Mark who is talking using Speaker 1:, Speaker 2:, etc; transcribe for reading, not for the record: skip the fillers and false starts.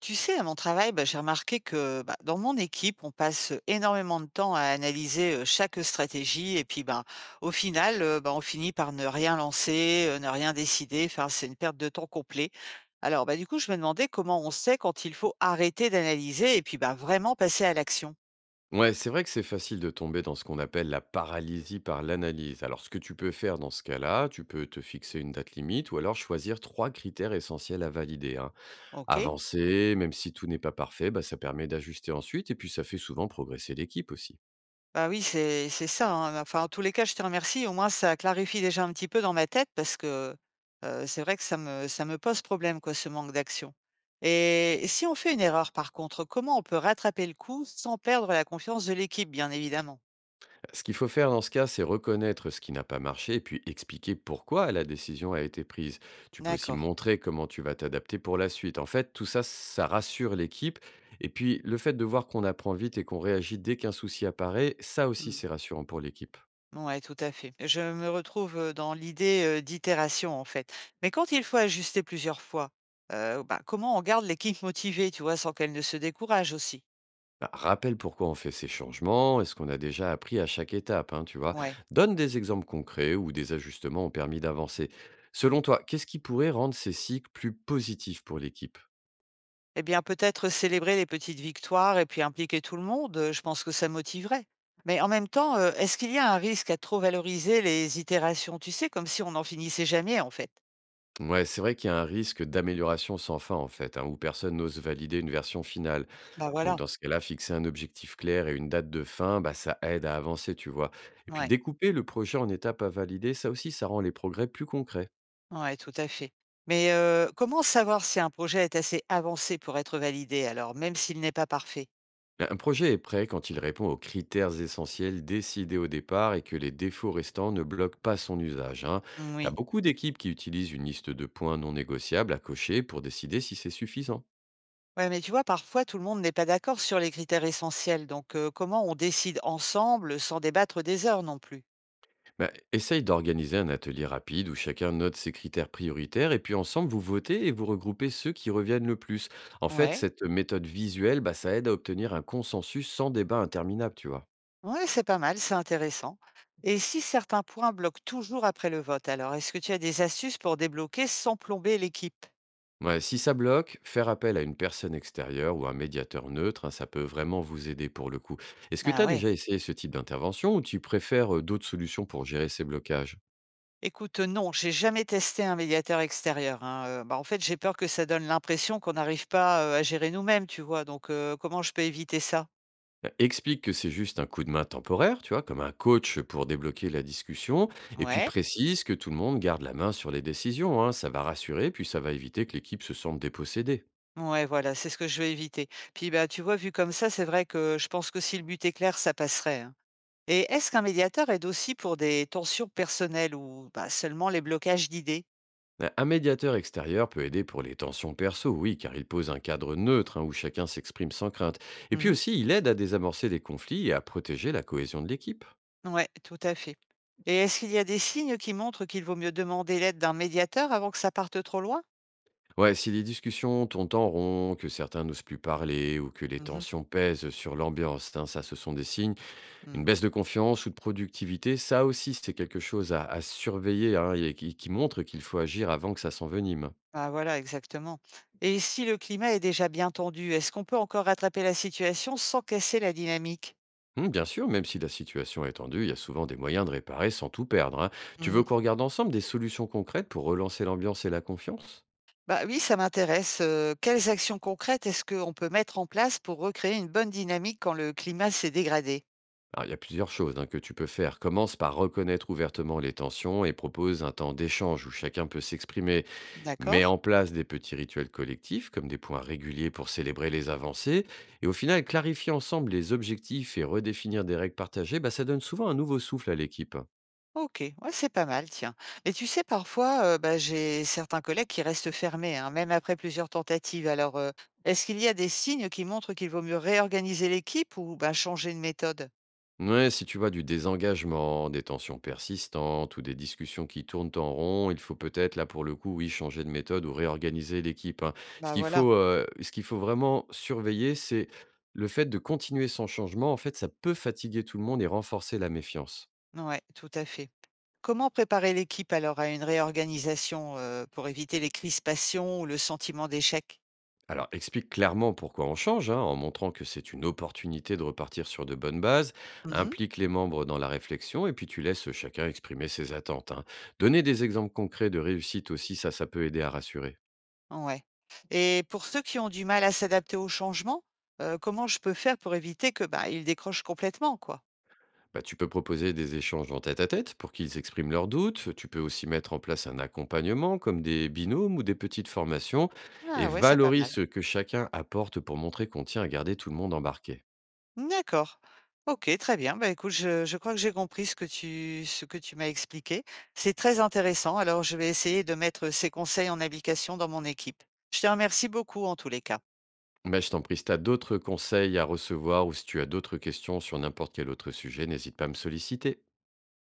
Speaker 1: Tu sais, à mon travail, bah, j'ai remarqué que bah, dans mon équipe, on passe énormément de temps à analyser chaque stratégie et puis ben au final, bah, on finit par ne rien lancer, ne rien décider. Enfin, c'est une perte de temps complet. Alors, bah, du coup, je me demandais comment on sait quand il faut arrêter d'analyser et puis bah, vraiment passer à l'action.
Speaker 2: Ouais, c'est vrai que c'est facile de tomber dans ce qu'on appelle la paralysie par l'analyse. Alors, ce que tu peux faire dans ce cas-là, tu peux te fixer une date limite ou alors choisir trois critères essentiels à valider, hein.
Speaker 1: OK.
Speaker 2: Avancer, même si tout n'est pas parfait, bah, ça permet d'ajuster ensuite et puis ça fait souvent progresser l'équipe aussi.
Speaker 1: Bah oui, c'est ça, hein. Enfin, en tous les cas, je te remercie. Au moins, ça clarifie déjà un petit peu dans ma tête parce que c'est vrai que ça me pose problème, quoi, ce manque d'action. Et si on fait une erreur, par contre, comment on peut rattraper le coup sans perdre la confiance de l'équipe, bien évidemment?
Speaker 2: Ce qu'il faut faire dans ce cas, c'est reconnaître ce qui n'a pas marché et puis expliquer pourquoi la décision a été prise. Tu peux aussi
Speaker 1: D'accord.
Speaker 2: montrer comment tu vas t'adapter pour la suite. En fait, tout ça, ça rassure l'équipe. Et puis, le fait de voir qu'on apprend vite et qu'on réagit dès qu'un souci apparaît, ça aussi,
Speaker 1: Mmh.
Speaker 2: c'est rassurant pour l'équipe.
Speaker 1: Ouais, tout à fait. Je me retrouve, dans l'idée, d'itération, en fait. Mais quand il faut ajuster plusieurs fois, bah, comment on garde l'équipe motivée, tu vois, sans qu'elle ne se décourage aussi?
Speaker 2: Bah, rappelle pourquoi on fait ces changements et ce qu'on a déjà appris à chaque étape, hein, tu vois.
Speaker 1: Ouais.
Speaker 2: Donne des exemples concrets où des ajustements ont permis d'avancer.
Speaker 1: Mmh.
Speaker 2: Selon toi, qu'est-ce qui pourrait rendre ces cycles plus positifs pour l'équipe?
Speaker 1: Eh bien, peut-être célébrer les petites victoires et puis impliquer tout le monde, je pense que ça motiverait. Mais en même temps, est-ce qu'il y a un risque à trop valoriser les itérations? Tu sais, comme si on n'en finissait jamais, en fait.
Speaker 2: Ouais, c'est vrai qu'il y a un risque d'amélioration sans fin en fait, hein, où personne n'ose valider une version finale.
Speaker 1: Bah,
Speaker 2: Donc
Speaker 1: voilà.
Speaker 2: dans ce cas-là, fixer un objectif clair et une date de fin, bah, ça aide à avancer, tu vois. Et puis
Speaker 1: Ouais,
Speaker 2: découper le projet en étapes à valider, ça aussi, ça rend les progrès plus concrets.
Speaker 1: ouais, tout à fait. Mais, comment savoir si un projet est assez avancé pour être validé alors, même s'il n'est pas parfait?
Speaker 2: Un projet est prêt quand il répond aux critères essentiels décidés au départ et que les défauts restants ne bloquent pas son usage, hein. T'as
Speaker 1: Oui.
Speaker 2: beaucoup d'équipes qui utilisent une liste de points non négociables à cocher pour décider si c'est suffisant.
Speaker 1: Ouais, mais tu vois, parfois, tout le monde n'est pas d'accord sur les critères essentiels, donc, comment on décide ensemble sans débattre des heures non plus?
Speaker 2: Bah, essaye d'organiser un atelier rapide où chacun note ses critères prioritaires et puis ensemble vous votez et vous regroupez ceux qui reviennent le plus. En fait,
Speaker 1: Ouais.
Speaker 2: cette méthode visuelle, bah, ça aide à obtenir un consensus sans débat interminable, tu vois.
Speaker 1: Ouais, c'est pas mal, c'est intéressant. Et si certains points bloquent toujours après le vote, alors est-ce que tu as des astuces pour débloquer sans plomber l'équipe?
Speaker 2: Ouais, si ça bloque, faire appel à une personne extérieure ou un médiateur neutre, hein, ça peut vraiment vous aider pour le coup. Est-ce que tu
Speaker 1: Ah
Speaker 2: as
Speaker 1: ouais.
Speaker 2: déjà essayé ce type d'intervention ou tu préfères d'autres solutions pour gérer ces blocages?
Speaker 1: Écoute, non, j'ai jamais testé un médiateur extérieur, hein. Bah, en fait, j'ai peur que ça donne l'impression qu'on n'arrive pas à gérer nous-mêmes, tu vois. Donc, comment je peux éviter ça?
Speaker 2: Bah, explique que c'est juste un coup de main temporaire, tu vois, comme un coach pour débloquer la discussion, et puis
Speaker 1: Ouais.
Speaker 2: précise que tout le monde garde la main sur les décisions, hein. Ça va rassurer, puis ça va éviter que l'équipe se sente dépossédée.
Speaker 1: Ouais, voilà, c'est ce que je vais éviter. Puis, bah, tu vois, vu comme ça, c'est vrai que je pense que si le but est clair, ça passerait, hein. Et est-ce qu'un médiateur aide aussi pour des tensions personnelles ou bah, seulement les blocages d'idées?
Speaker 2: Un médiateur extérieur peut aider pour les tensions perso, oui, car il pose un cadre neutre hein, où chacun s'exprime sans crainte. Et puis
Speaker 1: Mhm.
Speaker 2: aussi, il aide à désamorcer les conflits et à protéger la cohésion de l'équipe.
Speaker 1: Ouais, tout à fait. Et est-ce qu'il y a des signes qui montrent qu'il vaut mieux demander l'aide d'un médiateur avant que ça parte trop loin?
Speaker 2: Ouais, si les discussions tournent en rond, que certains n'osent plus parler ou que les
Speaker 1: Mhm,
Speaker 2: tensions pèsent sur l'ambiance, hein, ça, ce sont des signes. Une
Speaker 1: mm.
Speaker 2: baisse de confiance ou de productivité, ça aussi, c'est quelque chose à surveiller hein, et qui montre qu'il faut agir avant que ça s'envenime.
Speaker 1: Ah voilà, exactement. Et si le climat est déjà bien tendu, est-ce qu'on peut encore rattraper la situation sans casser la dynamique?
Speaker 2: Bien sûr, même si la situation est tendue, il y a souvent des moyens de réparer sans tout perdre, hein. Tu veux
Speaker 1: Mhm.
Speaker 2: qu'on regarde ensemble des solutions concrètes pour relancer l'ambiance et la confiance?
Speaker 1: Bah oui, ça m'intéresse. Quelles actions concrètes est-ce qu'on peut mettre en place pour recréer une bonne dynamique quand le climat s'est dégradé?
Speaker 2: Alors, il y a plusieurs choses hein, que tu peux faire. Commence par reconnaître ouvertement les tensions et propose un temps d'échange où chacun peut s'exprimer.
Speaker 1: D'accord.
Speaker 2: Mets en place des petits rituels collectifs, comme des points réguliers pour célébrer les avancées, et au final, clarifier ensemble les objectifs et redéfinir des règles partagées, bah, ça donne souvent un nouveau souffle à l'équipe.
Speaker 1: OK, ouais, c'est pas mal, tiens. Mais tu sais, parfois, bah, j'ai certains collègues qui restent fermés, hein, même après plusieurs tentatives. Alors, est-ce qu'il y a des signes qui montrent qu'il vaut mieux réorganiser l'équipe ou, bah, changer de méthode?
Speaker 2: Ouais, si tu vois du désengagement, des tensions persistantes ou des discussions qui tournent en rond, il faut peut-être, là pour le coup, oui, changer de méthode ou réorganiser l'équipe, hein.
Speaker 1: Bah, voilà,
Speaker 2: Ce qu'il faut vraiment surveiller, c'est le fait de continuer sans changement. En fait, ça peut fatiguer tout le monde et renforcer la méfiance.
Speaker 1: ouais, tout à fait. Comment préparer l'équipe alors à une réorganisation, pour éviter les crispations ou le sentiment d'échec?
Speaker 2: Alors, explique clairement pourquoi on change, hein, en montrant que c'est une opportunité de repartir sur de bonnes bases,
Speaker 1: Mmh,
Speaker 2: implique les membres dans la réflexion, et puis tu laisses chacun exprimer ses attentes, hein. Donner des exemples concrets de réussite aussi, ça peut aider à rassurer.
Speaker 1: mh, ouais. Et pour ceux qui ont du mal à s'adapter au changement, comment je peux faire pour éviter que, bah, ils décrochent complètement, quoi?
Speaker 2: Bah, tu peux proposer des échanges en tête-à-tête pour qu'ils expriment leurs doutes. Tu peux aussi mettre en place un accompagnement comme des binômes ou des petites formations et
Speaker 1: Ah ouais, c'est pas
Speaker 2: valorise
Speaker 1: mal.
Speaker 2: ce que chacun apporte pour montrer qu'on tient à garder tout le monde embarqué.
Speaker 1: D'accord. OK, très bien. Bah, écoute, je crois que j'ai compris ce que tu m'as expliqué. C'est très intéressant. Alors, je vais essayer de mettre ces conseils en application dans mon équipe. Je te remercie beaucoup en tous les cas.
Speaker 2: Bah, je t'en prie, si tu as d'autres conseils à recevoir ou si tu as d'autres questions sur n'importe quel autre sujet, n'hésite pas à me solliciter.